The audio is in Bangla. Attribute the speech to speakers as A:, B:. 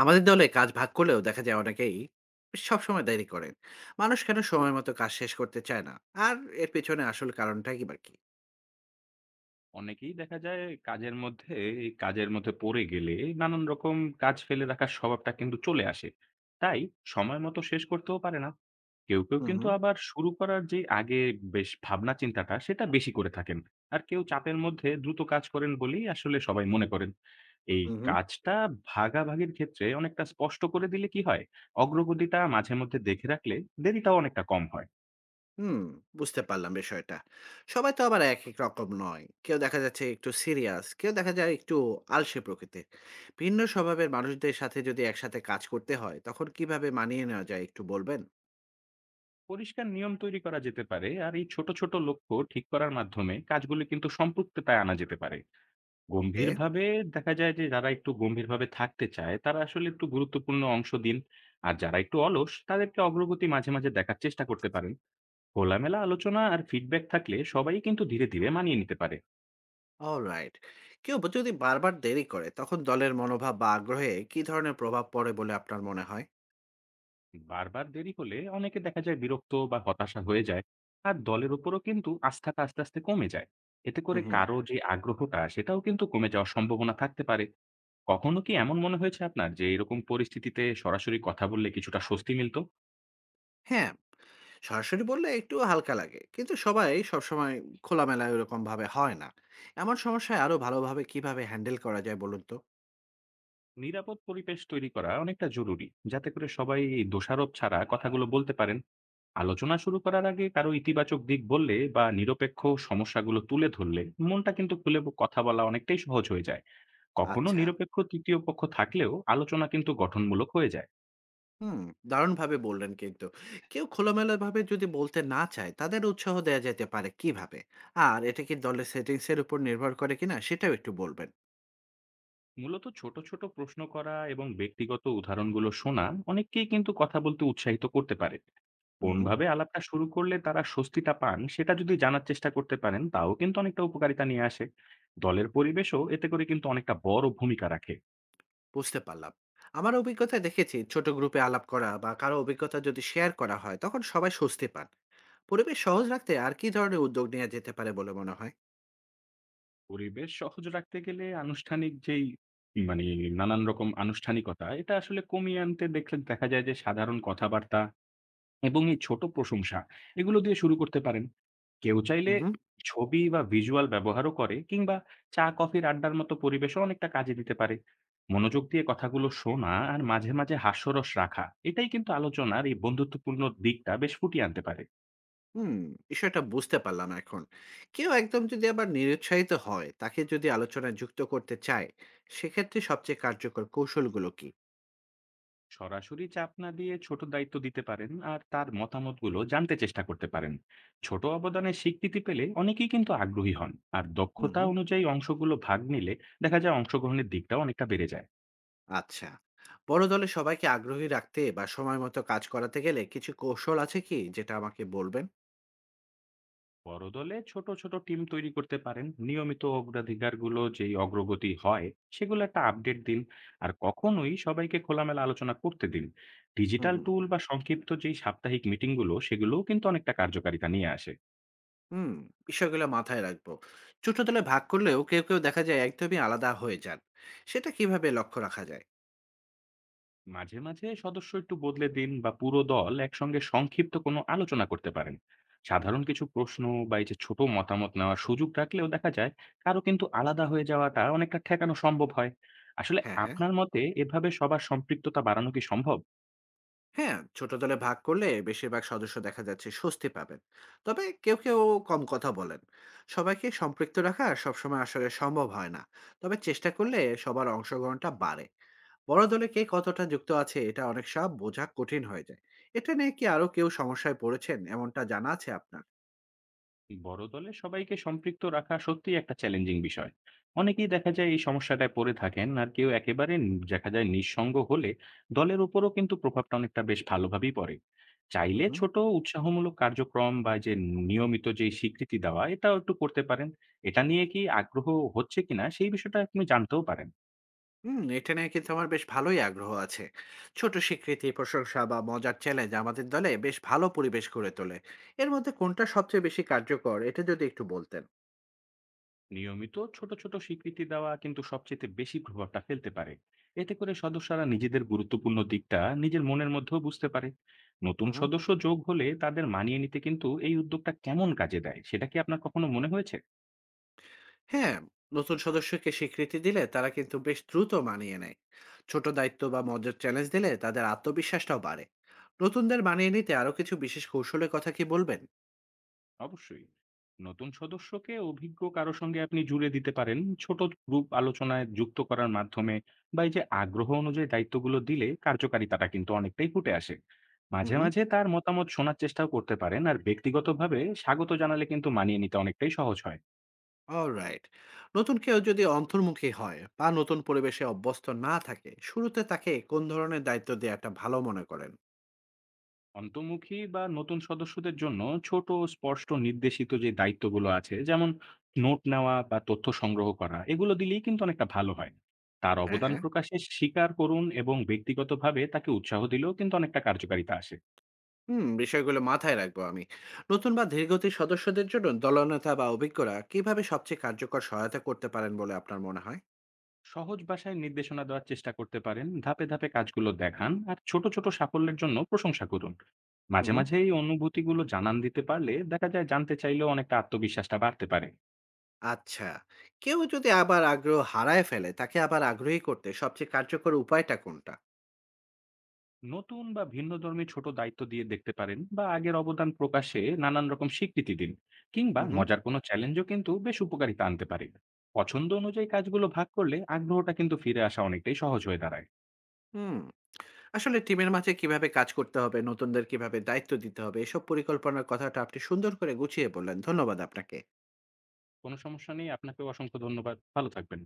A: আমাদের দলে কাজ ভাগ করলেও দেখা যায় অনেকেই সবসময় দেরি করেন। মানুষ কেন সময় মতো কাজ শেষ করতে চায় না? আর এর পেছনে আসল কারণটা কি বা কি?
B: অনেকেই দেখা যায় কাজের মধ্যে এই কাজের মধ্যে পড়ে গেলে নানান রকম কাজ ফেলে রাখার স্বভাবটা কিন্তু চলে আসে। তাই সময় মতো শেষ করতেও পারে না। কেউ
A: হুম,
B: কিন্তু
A: হুম।
B: আবার শুরু করার যে আগে বেশ ভাবনা চিন্তাটা সেটা বেশি করে থাকেন। আর কেউ চাপের মধ্যে দ্রুত কাজ করেন বলেই আসলে সবাই মনে করেন। এই
A: হুম, হুম।
B: কাজটা ভাগাভাগির ক্ষেত্রে অনেকটা স্পষ্ট করে দিলে কি হয়? অগ্রগতিটা মাঝে মধ্যে দেখে রাখলে দেরিটাও অনেকটা কম হয়।
A: হুম, বুঝতে পারলাম বিষয়টা। সবাই তো আবার এক এক রকম নয়, কেউ দেখা যাচ্ছে একটু সিরিয়াস, কেউ দেখা যায় একটু আলসে প্রকৃতির। ভিন্ন স্বভাবের মানুষদের সাথে যদি একসাথে কাজ করতে হয় তখন কিভাবে মানিয়ে নেওয়া যায়, একটু বলবেন?
B: পরিষ্কার নিয়ম তৈরি করা যেতে পারে আর এই ছোট ছোট লক্ষ্য ঠিক করার মাধ্যমে কাজগুলো কিন্তু সম্পৃক্ততায় আনা যেতে পারে।
A: ওকে।
B: গম্ভীরভাবে দেখা যায় যে যারা একটু গম্ভীরভাবে থাকতে চায় তারা আসলে একটু গুরুত্বপূর্ণ অংশ দিন। আর যারা একটু অলস তাদেরকে অগ্রগতি মাঝে মাঝে দেখার চেষ্টা করতে পারেন। খোলামেলা আলোচনা আর ফিডব্যাক থাকলে সবাই কিন্তু ধীরে ধীরে মানিয়ে নিতে পারে।
A: অলরাইট। কেউ যদি বারবার দেরি করে তখন দলের মনোভাব বা আগ্রহে কি ধরনের প্রভাব পড়ে বলে আপনার মনে হয়?
B: বারবার দেরি হলে অনেকে দেখা যায় বিরক্ত বা হতাশা হয়ে যায়। আর দলের উপরও কিন্তু আস্থাটা আস্তে আস্তে কমে যায়। এতে করে
A: হুম, হুম।
B: কারো যে আগ্রহটা সেটাও কিন্তু কমে যাওয়ার সম্ভাবনা থাকতে পারে। কখনো কি এমন মনে হয়েছে আপনার যে এরকম পরিস্থিতিতে সরাসরি কথা বললে কিছুটা স্বস্তি মিলত?
A: হ্যাঁ, সরাসরি বললে একটু হালকা লাগে। কিন্তু সবাই সবসময় খোলামেলা ওইরকম ভাবে হয় না। এমন সমস্যায় আরো ভালোভাবে কিভাবে হ্যান্ডেল করা যায় বলুন তো?
B: নিরাপদ পরিবেশ তৈরি করা অনেকটা জরুরি। যাতে করে সবাই দোষারোপ ছাড়া কথাগুলো বলতে পারেন। আলোচনা শুরু করার আগে কারো ইতিবাচক দিক বললে বা নিরপেক্ষ সমস্যাগুলো তুলে ধরলে মনটা কিন্তু খুলে ব কথা বলা অনেকটাই সহজ হয়ে যায়। কখনো
A: আচ্ছা।
B: নিরপেক্ষ তৃতীয় পক্ষ থাকলেও আলোচনা কিন্তু গঠনমূলক হয়ে যায়।
A: হুম, দারুণভাবে বললেন কিন্তু। কেউ খোলামেলাভাবে যদি বলতে না চায়, তাদের উৎসাহ দেয়া যেতে পারে কিভাবে? আর এটা কি দলের সেটিংস এর উপর নির্ভর করে কিনা সেটাও একটু বলবেন।
B: মূলত ছোট, ছোট প্রশ্ন করা এবং ব্যক্তিগত উদাহরণগুলো শোনা অনেককেই কিন্তু কথা বলতে উৎসাহিত করতে পারে।
A: হুম।
B: কোনভাবে আলাপটা শুরু করলে তারা স্বস্তিটা পান সেটা যদি জানার চেষ্টা করতে পারেন তাও কিন্তু অনেকটা উপকারিতা নিয়ে আসে। দলের পরিবেশও এতে করে কিন্তু অনেকটা বড় ভূমিকা রাখে।
A: বুঝতে পারলাম। আমার অভিজ্ঞতায় দেখেছি ছোট গ্রুপে আলাপ করা বা কারো অভিজ্ঞতা যদি শেয়ার করা হয় তখন সবাই স্বস্তি পান। পরিবেশ সহজ রাখতে আর কি ধরনের উদ্যোগ নেওয়া যেতে পারে বলে মনে হয়?
B: পরিবেশ সহজ রাখতে গেলে আনুষ্ঠানিক যেই, মানে নানান রকম আনুষ্ঠানিকতা এটা আসলে কমিয়ে আনতে দেখলে দেখা যায় যে সাধারণ কথাবার্তা এবং এই ছোট প্রশংসা এগুলো দিয়ে শুরু করতে পারেন। কেউ চাইলে
A: হুম।
B: ছবি বা ভিজুয়াল ব্যবহারও করে কিংবা চা কফির আড্ডার মতো পরিবেশও অনেকটা কাজে দিতে পারে। মনোযোগ দিয়ে কথাগুলো শোনা আর মাঝে, মাঝে হাস্যরস রাখা এটাই কিন্তু আলোচনার এই বন্ধুত্বপূর্ণ দিকটা বেশ ফুটিয়ে আনতে পারে।
A: হুম, বিষয়টা বুঝতে পারলাম এখন। কেউ একদম যদি আবার নিরুৎসাহিত হয়, তাকে যদি আলোচনায় যুক্ত করতে চায়, সেক্ষেত্রে সবচেয়ে কার্যকর কৌশলগুলো কি?
B: সরাসরি চাপ না দিয়ে ছোট দায়িত্ব দিতে পারেন আর তার মতামতগুলো জানতে চেষ্টা করতে পারেন। ছোট অবদানের স্বীকৃতি পেলে অনেকেই কিন্তু আগ্রহী হন। আর দক্ষতা
A: হুম।
B: অনুযায়ী অংশগুলো ভাগ নিলে দেখা যায় অংশগ্রহণের দিকটাও অনেকটা বেড়ে যায়।
A: আচ্ছা। বড় দলে সবাইকে আগ্রহী রাখতে বা সময় মতো কাজ করাতে গেলে কিছু কৌশল আছে কি যেটা আমাকে বলবেন?
B: বড় দলে ছোট ছোট টিম তৈরি করতে পারেন, নিয়মিত অগ্রাধিকারগুলো যেই অগ্রগতি হয় সেগুলো একটা আপডেট দিন। আর কখনোই সবাইকে খোলামেলা আলোচনা করতে দিন।
A: হুম,
B: ডিজিটাল টুল বা সংক্ষিপ্ত যেই সাপ্তাহিক মিটিংগুলো সেগুলোও কিন্তু অনেকটা কার্যকারিতা নিয়ে আসে।
A: হুম। বিষয়গুলো মাথায় রাখবো। ছোট দলে ভাগ করলেও কেউ কেউ দেখা যায় একদমই আলাদা হয়ে যান। সেটা কিভাবে লক্ষ্য রাখা যায়?
B: মাঝে মাঝে সদস্য একটু বদলে দিন বা পুরো দল একসঙ্গে সংক্ষিপ্ত কোনো আলোচনা করতে পারেন। সাধারণ কিছু প্রশ্ন বা এই যে ছোট মতামত নেওয়ার সুযোগ রাখলেও দেখা যায় কারো কিন্তু আলাদা হয়ে যাওয়াটা অনেকটা ঠেকানো সম্ভব হয়। আসলে
A: হ্যাঁ, হ্যাঁ।
B: আপনার মতে এভাবে সবার সম্পৃক্ততা বাড়ানো কি সম্ভব?
A: হ্যাঁ, ছোট দলে ভাগ করলে বেশিরভাগ সদস্য দেখা যাচ্ছে স্বস্তি পাবেন। তবে কেউ কেউ কম কথা বলেন। সবাইকে সম্পৃক্ত রাখা সবসময় আসলে সম্ভব হয় না। তবে চেষ্টা করলে সবার অংশগ্রহণটা বাড়ে। বড় দলে কে কতটা যুক্ত আছে এটা অনেক সব বোঝা কঠিন হয়ে যায়। এটা নিয়ে কি আরো কেউ সমস্যায় পড়েছেন এমনটা জানা আছে আপনার?
B: বড় দলে সবাইকে সম্পৃক্ত রাখা সত্যিই একটা চ্যালেঞ্জিং বিষয়। অনেকেই দেখা যায় এই সমস্যাটায় পড়ে থাকেন আর কেউ একেবারে দেখা যায় নিঃসঙ্গ হলে দলের উপরও কিন্তু প্রভাবটা অনেকটা বেশ ভালোভাবেই পড়ে।
A: হুম,
B: চাইলে
A: হুম।
B: ছোট উৎসাহমূলক কার্যক্রম বা যে নিয়মিত যে স্বীকৃতি দেওয়া এটাও একটু করতে পারেন। এটা নিয়ে কি আগ্রহ হচ্ছে কিনা সেই বিষয়টা আপনি জানতেও পারেন।
A: হুম, এটা নিয়ে কিন্তু আমার বেশ ভালোই আগ্রহ আছে। ছোট স্বীকৃতি, প্রশংসা বা মজার চ্যালেঞ্জ আমাদের দলে বেশ ভালো পরিবেশ গড়ে তোলে। এর মধ্যে কোনটা সবচেয়ে বেশি কার্যকর এটা যদি একটু বলতেন।
B: নিয়মিত ছোট ছোট স্বীকৃতি দেওয়া কিন্তু সবচেয়ে বেশি প্রভাবটা ফেলতে পারে। এতে করে সদস্যরা নিজেদের গুরুত্বপূর্ণ দিকটা নিজের মনের মধ্যেও বুঝতে পারে। নতুন
A: হুম।
B: সদস্য যোগ হলে তাদের মানিয়ে নিতে কিন্তু এই উদ্যোগটা কেমন কাজে দেয় সেটা কি আপনার কখনো মনে হয়েছে?
A: হ্যাঁ, নতুন সদস্যকে স্বীকৃতি দিলে তারা কিন্তু বেশ দ্রুত মানিয়ে নেয়। ছোট দায়িত্ব বা মজার চ্যালেঞ্জ দিলে তাদের আত্মবিশ্বাসটাও বাড়ে। নতুনদের মানিয়ে নিতে আরো কিছু বিশেষ কৌশলের কথা কি বলবেন?
B: অবশ্যই। নতুন সদস্যকে অভিজ্ঞ কারো সঙ্গে আপনি জুড়ে দিতে পারেন। ছোট গ্রুপ আলোচনায় যুক্ত করার মাধ্যমে বা এই যে আগ্রহ অনুযায়ী দায়িত্বগুলো দিলে কার্যকারিতাটা কিন্তু অনেকটাই ফুটে আসে। মাঝে, মাঝে তার মতামত শোনার চেষ্টাও করতে পারেন আর ব্যক্তিগতভাবে স্বাগত জানালে কিন্তু মানিয়ে নিতে অনেকটাই সহজ হয়।
A: অলরাইট। নতুন কেউ যদি অন্তর্মুখী হয় বা নতুন পরিবেশে অভ্যস্ত না থাকে, শুরুতে তাকে কোন ধরনের দায়িত্ব দেয়াটা ভালো মনে করেন?
B: অন্তর্মুখী বা নতুন সদস্যদের জন্য ছোট স্পষ্ট নির্দেশিত যে দায়িত্বগুলো আছে, যেমন নোট নেওয়া বা তথ্য সংগ্রহ করা, এগুলো দিলেই কিন্তু অনেকটা ভালো হয়। তার
A: হ্যাঁ,
B: অবদান
A: হ্যাঁ।
B: প্রকাশে স্বীকার করুন এবং ব্যক্তিগতভাবে তাকে উৎসাহ দিলেও কিন্তু অনেকটা কার্যকারিতা আসে।
A: হুম, বিষয়গুলো মাথায় রাখবো আমি। নতুন বা ধীরগতির সদস্যদের জন্য দলনেতা বা অভিজ্ঞরা কিভাবে সবচেয়ে কার্যকর সহায়তা করতে পারেন বলে আপনার মনে হয়?
B: সহজ ভাষায় নির্দেশনা দেওয়ার চেষ্টা করতে পারেন, ধাপে ধাপে কাজগুলো দেখান আর ছোট ছোট সাফল্যের জন্য প্রশংসা করুন।
A: হুম,
B: মাঝে
A: হুম।
B: মাঝে এই অনুভূতিগুলো জানান দিতে পারলে দেখা যায় জানতে চাইলেও অনেকটা আত্মবিশ্বাসটা বাড়তে পারে।
A: আচ্ছা, কেউ যদি আবার আগ্রহ হারায় ফেলে, তাকে আবার আগ্রহী করতে সবচেয়ে কার্যকর উপায়টা কোনটা?
B: নতুন বা ভিন্নধর্মী ছোট দায়িত্ব দিয়ে দেখতে পারেন বা আগের অবদান প্রকাশে নানান রকম স্বীকৃতি দিন। কিংবা
A: হুম, হুম।
B: মজার কোনো চ্যালেঞ্জও কিন্তু বেশ উপকারিতা আনতে পারে। পছন্দ অনুযায়ী কাজগুলো ভাগ করলে আগ্রহটা কিন্তু ফিরে আসা অনেকটাই সহজ হয়ে দাঁড়ায়।
A: হুম। আসলে টিমের মাঝে কিভাবে কাজ করতে হবে, নতুনদের কিভাবে দায়িত্ব দিতে হবে, এসব পরিকল্পনার কথাটা আপনি সুন্দর করে গুছিয়ে বললেন। ধন্যবাদ আপনাকে।
B: কোনো সমস্যা নেই, আপনাকেও অসংখ্য ধন্যবাদ, ভালো থাকবেন।